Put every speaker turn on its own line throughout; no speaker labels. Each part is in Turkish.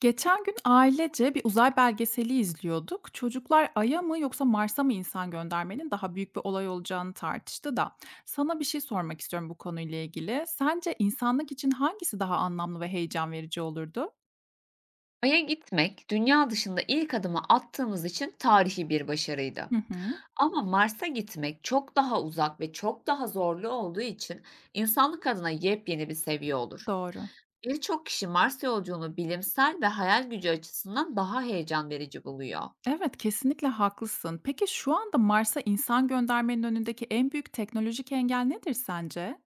Geçen gün ailece bir uzay belgeseli izliyorduk. Çocuklar Ay'a mı yoksa Mars'a mı insan göndermenin daha büyük bir olay olacağını tartıştı da. Sana bir şey sormak istiyorum bu konuyla ilgili. Sence insanlık için hangisi daha anlamlı ve heyecan verici olurdu?
Ay'a gitmek, dünya dışında ilk adımı attığımız için tarihi bir başarıydı.
Hı hı,
Ama Mars'a gitmek çok daha uzak ve çok daha zorlu olduğu için insanlık adına yepyeni bir seviye olur.
doğru.
Birçok kişi Mars yolculuğunu bilimsel ve hayal gücü açısından daha heyecan verici buluyor.
Evet, kesinlikle haklısın. Peki şu anda Mars'a insan göndermenin önündeki en büyük teknolojik engel nedir sence?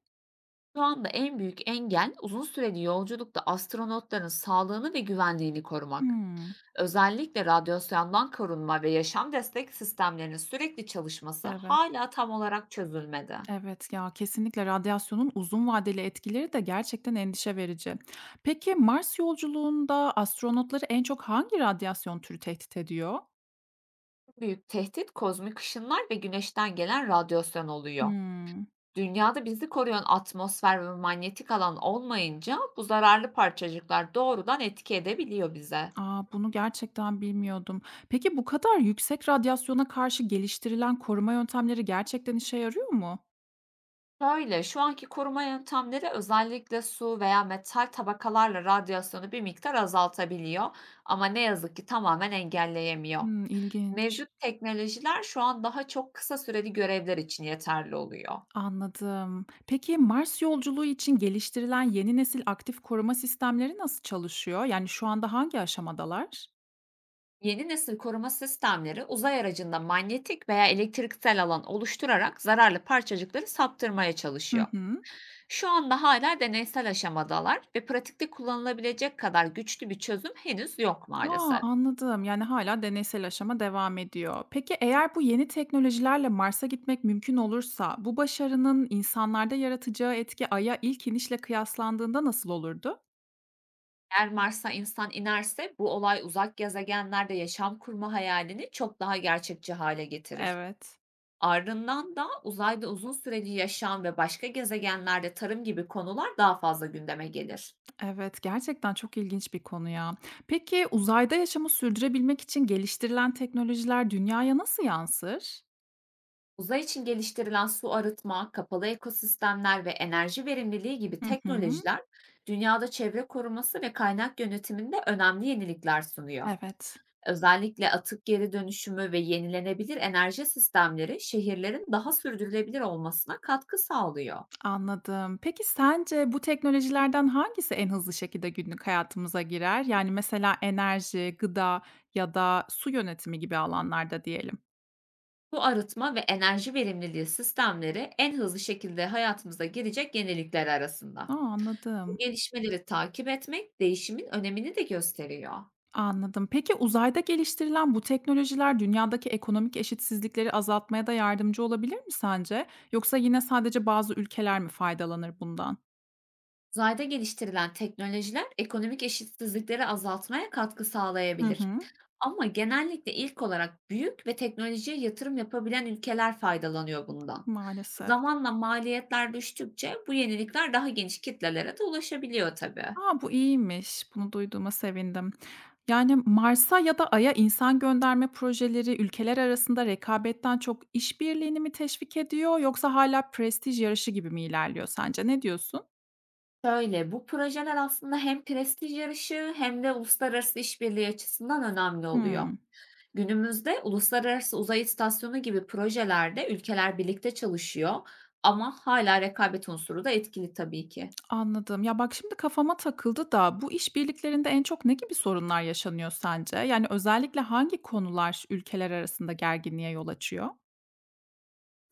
Şu anda en büyük engel, uzun süreli yolculukta astronotların sağlığını ve güvenliğini korumak.
Hmm,
Özellikle radyasyondan korunma ve yaşam destek sistemlerinin sürekli çalışması
evet.
hala tam olarak çözülmedi.
Evet ya, kesinlikle radyasyonun uzun vadeli etkileri de gerçekten endişe verici. Peki Mars yolculuğunda astronotları en çok hangi radyasyon türü tehdit ediyor?
Büyük tehdit, kozmik ışınlar ve güneşten gelen radyasyon oluyor.
Hmm.
Dünyada bizi koruyan atmosfer ve manyetik alan olmayınca, bu zararlı parçacıklar doğrudan etki edebiliyor bize.
Aa, bunu gerçekten bilmiyordum. Peki bu kadar yüksek radyasyona karşı geliştirilen koruma yöntemleri gerçekten işe yarıyor mu?
Şu anki koruma yöntemleri, özellikle su veya metal tabakalarla radyasyonu bir miktar azaltabiliyor ama ne yazık ki tamamen engelleyemiyor.
Hmm, ilginç.
Mevcut teknolojiler şu an daha çok kısa süreli görevler için yeterli oluyor.
Anladım. Peki Mars yolculuğu için geliştirilen yeni nesil aktif koruma sistemleri nasıl çalışıyor? Yani şu anda hangi aşamadalar?
Yeni nesil koruma sistemleri, uzay aracında manyetik veya elektriksel alan oluşturarak zararlı parçacıkları saptırmaya
Hı
çalışıyor.
hı.
Şu anda hala deneysel aşamadalar ve pratikte kullanılabilecek kadar güçlü bir çözüm henüz yok
A!
maalesef.
Anladım. Yani hala deneysel aşama devam ediyor. Peki eğer bu yeni teknolojilerle Mars'a gitmek mümkün olursa bu başarının insanlarda yaratacağı etki Ay'a ilk inişle kıyaslandığında nasıl olurdu?
Eğer Mars'a insan inerse, bu olay uzak gezegenlerde yaşam kurma hayalini çok daha gerçekçi hale getirir.
Evet,
Ardından da uzayda uzun süreli yaşam ve başka gezegenlerde tarım gibi konular daha fazla gündeme gelir.
evet. Gerçekten çok ilginç bir konu ya. Peki uzayda yaşamı sürdürebilmek için geliştirilen teknolojiler dünyaya nasıl yansır?
Uzay için geliştirilen su arıtma, kapalı ekosistemler ve enerji verimliliği gibi
Hı hı.
teknolojiler, dünyada çevre koruması ve kaynak yönetiminde önemli yenilikler sunuyor.
Evet.
Özellikle atık geri dönüşümü ve yenilenebilir enerji sistemleri, şehirlerin daha sürdürülebilir olmasına katkı sağlıyor.
Anladım. Peki sence bu teknolojilerden hangisi en hızlı şekilde günlük hayatımıza girer? Yani mesela enerji, gıda ya da su yönetimi gibi alanlarda diyelim.
Bu arıtma ve enerji verimliliği sistemleri, en hızlı şekilde hayatımıza girecek yenilikler
A,
arasında. Bu
anladım.
gelişmeleri takip etmek, değişimin önemini de gösteriyor.
Anladım. Peki uzayda geliştirilen bu teknolojiler dünyadaki ekonomik eşitsizlikleri azaltmaya da yardımcı olabilir mi sence? Yoksa yine sadece bazı ülkeler mi faydalanır bundan?
Uzayda geliştirilen teknolojiler, ekonomik eşitsizlikleri azaltmaya katkı
Hı
sağlayabilir.
hı.
Ama genellikle ilk olarak büyük ve teknolojiye yatırım yapabilen ülkeler faydalanıyor bundan.
Maalesef.
Zamanla maliyetler düştükçe, bu yenilikler daha geniş kitlelere de ulaşabiliyor tabii.
A, bu iyiymiş. Bunu duyduğuma sevindim. Yani, Mars'a ya da Ay'a insan gönderme projeleri ülkeler arasında rekabetten çok işbirliğini mi teşvik ediyor yoksa hala prestij yarışı gibi mi ilerliyor sence? Ne diyorsun?
Şöyle, bu projeler aslında hem prestij yarışı hem de uluslararası işbirliği açısından önemli oluyor.
Hımm,
Günümüzde uluslararası uzay istasyonu gibi projelerde ülkeler birlikte çalışıyor ama hala rekabet unsuru da etkili tabii ki.
anladım. Ya, bak şimdi kafama takıldı da bu işbirliklerinde en çok ne gibi sorunlar yaşanıyor sence? Yani, özellikle hangi konular ülkeler arasında gerginliğe yol açıyor?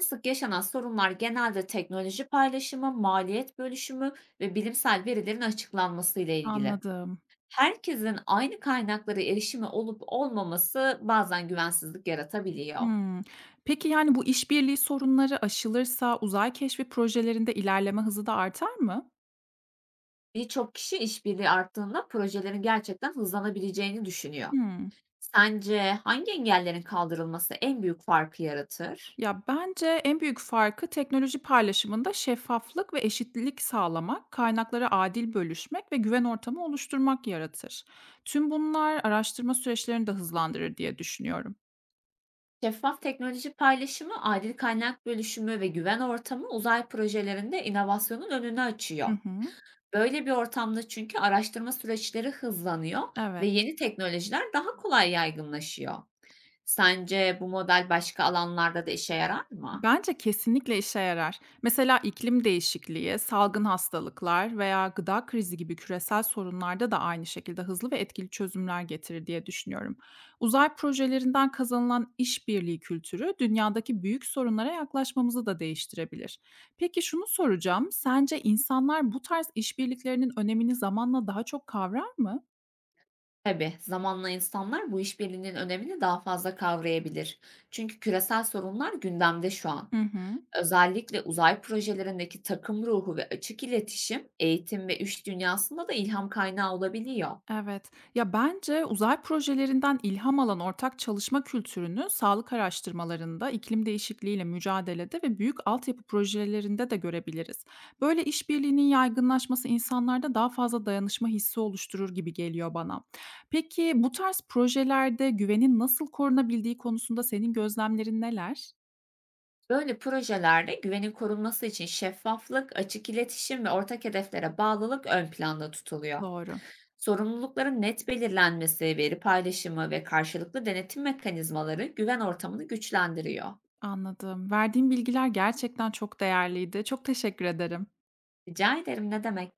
Sık yaşanan sorunlar genelde teknoloji paylaşımı, maliyet bölüşümü ve bilimsel verilerin açıklanması ile ilgili.
Anladım.
Herkesin aynı kaynaklara erişimi olup olmaması, bazen güvensizlik yaratabiliyor.
Hımm. Peki, yani, bu işbirliği sorunları aşılırsa uzay keşfi projelerinde ilerleme hızı da artar mı?
Birçok kişi, işbirliği arttığında projelerin gerçekten hızlanabileceğini düşünüyor.
Hımm.
Sence hangi engellerin kaldırılması en büyük farkı yaratır?
Ya, bence en büyük farkı teknoloji paylaşımında şeffaflık ve eşitlik sağlamak, kaynakları adil bölüşmek ve güven ortamı oluşturmak yaratır. Tüm bunlar araştırma süreçlerini de hızlandırır diye düşünüyorum.
Şeffaf teknoloji paylaşımı, adil kaynak bölüşümü ve güven ortamı, uzay projelerinde inovasyonun önünü
Hı
açıyor.
hı.
Böyle bir ortamda çünkü araştırma süreçleri hızlanıyor ve
Evet.
yeni teknolojiler daha kolay yaygınlaşıyor. Sence bu model başka alanlarda da işe yarar mı?
Bence kesinlikle işe yarar. Mesela iklim değişikliği, salgın hastalıklar veya gıda krizi gibi küresel sorunlarda da aynı şekilde hızlı ve etkili çözümler getirir diye düşünüyorum. Uzay projelerinden kazanılan işbirliği kültürü dünyadaki büyük sorunlara yaklaşmamızı da değiştirebilir. Peki şunu soracağım, sence insanlar bu tarz işbirliklerinin önemini zamanla daha çok kavrar mı?
Tabii, zamanla insanlar bu işbirliğinin önemini daha fazla kavrayabilir. Çünkü küresel sorunlar gündemde şu an.
Hı hı.
Özellikle uzay projelerindeki takım ruhu ve açık iletişim, eğitim ve iş dünyasında da ilham kaynağı olabiliyor.
Evet. Ya, bence uzay projelerinden ilham alan ortak çalışma kültürünü sağlık araştırmalarında, iklim değişikliğiyle mücadelede ve büyük altyapı projelerinde de görebiliriz. Böyle işbirliğinin yaygınlaşması insanlarda daha fazla dayanışma hissi oluşturur gibi geliyor bana. Peki bu tarz projelerde güvenin nasıl korunabildiği konusunda senin gözlemlerin neler?
Böyle projelerde güvenin korunması için şeffaflık, açık iletişim ve ortak hedeflere bağlılık ön planda tutuluyor.
Doğru,
Sorumlulukların net belirlenmesi, veri paylaşımı ve karşılıklı denetim mekanizmaları güven ortamını güçlendiriyor.
anladım. Verdiğim bilgiler gerçekten çok değerliydi. Çok teşekkür ederim.
Rica ederim, ne demek?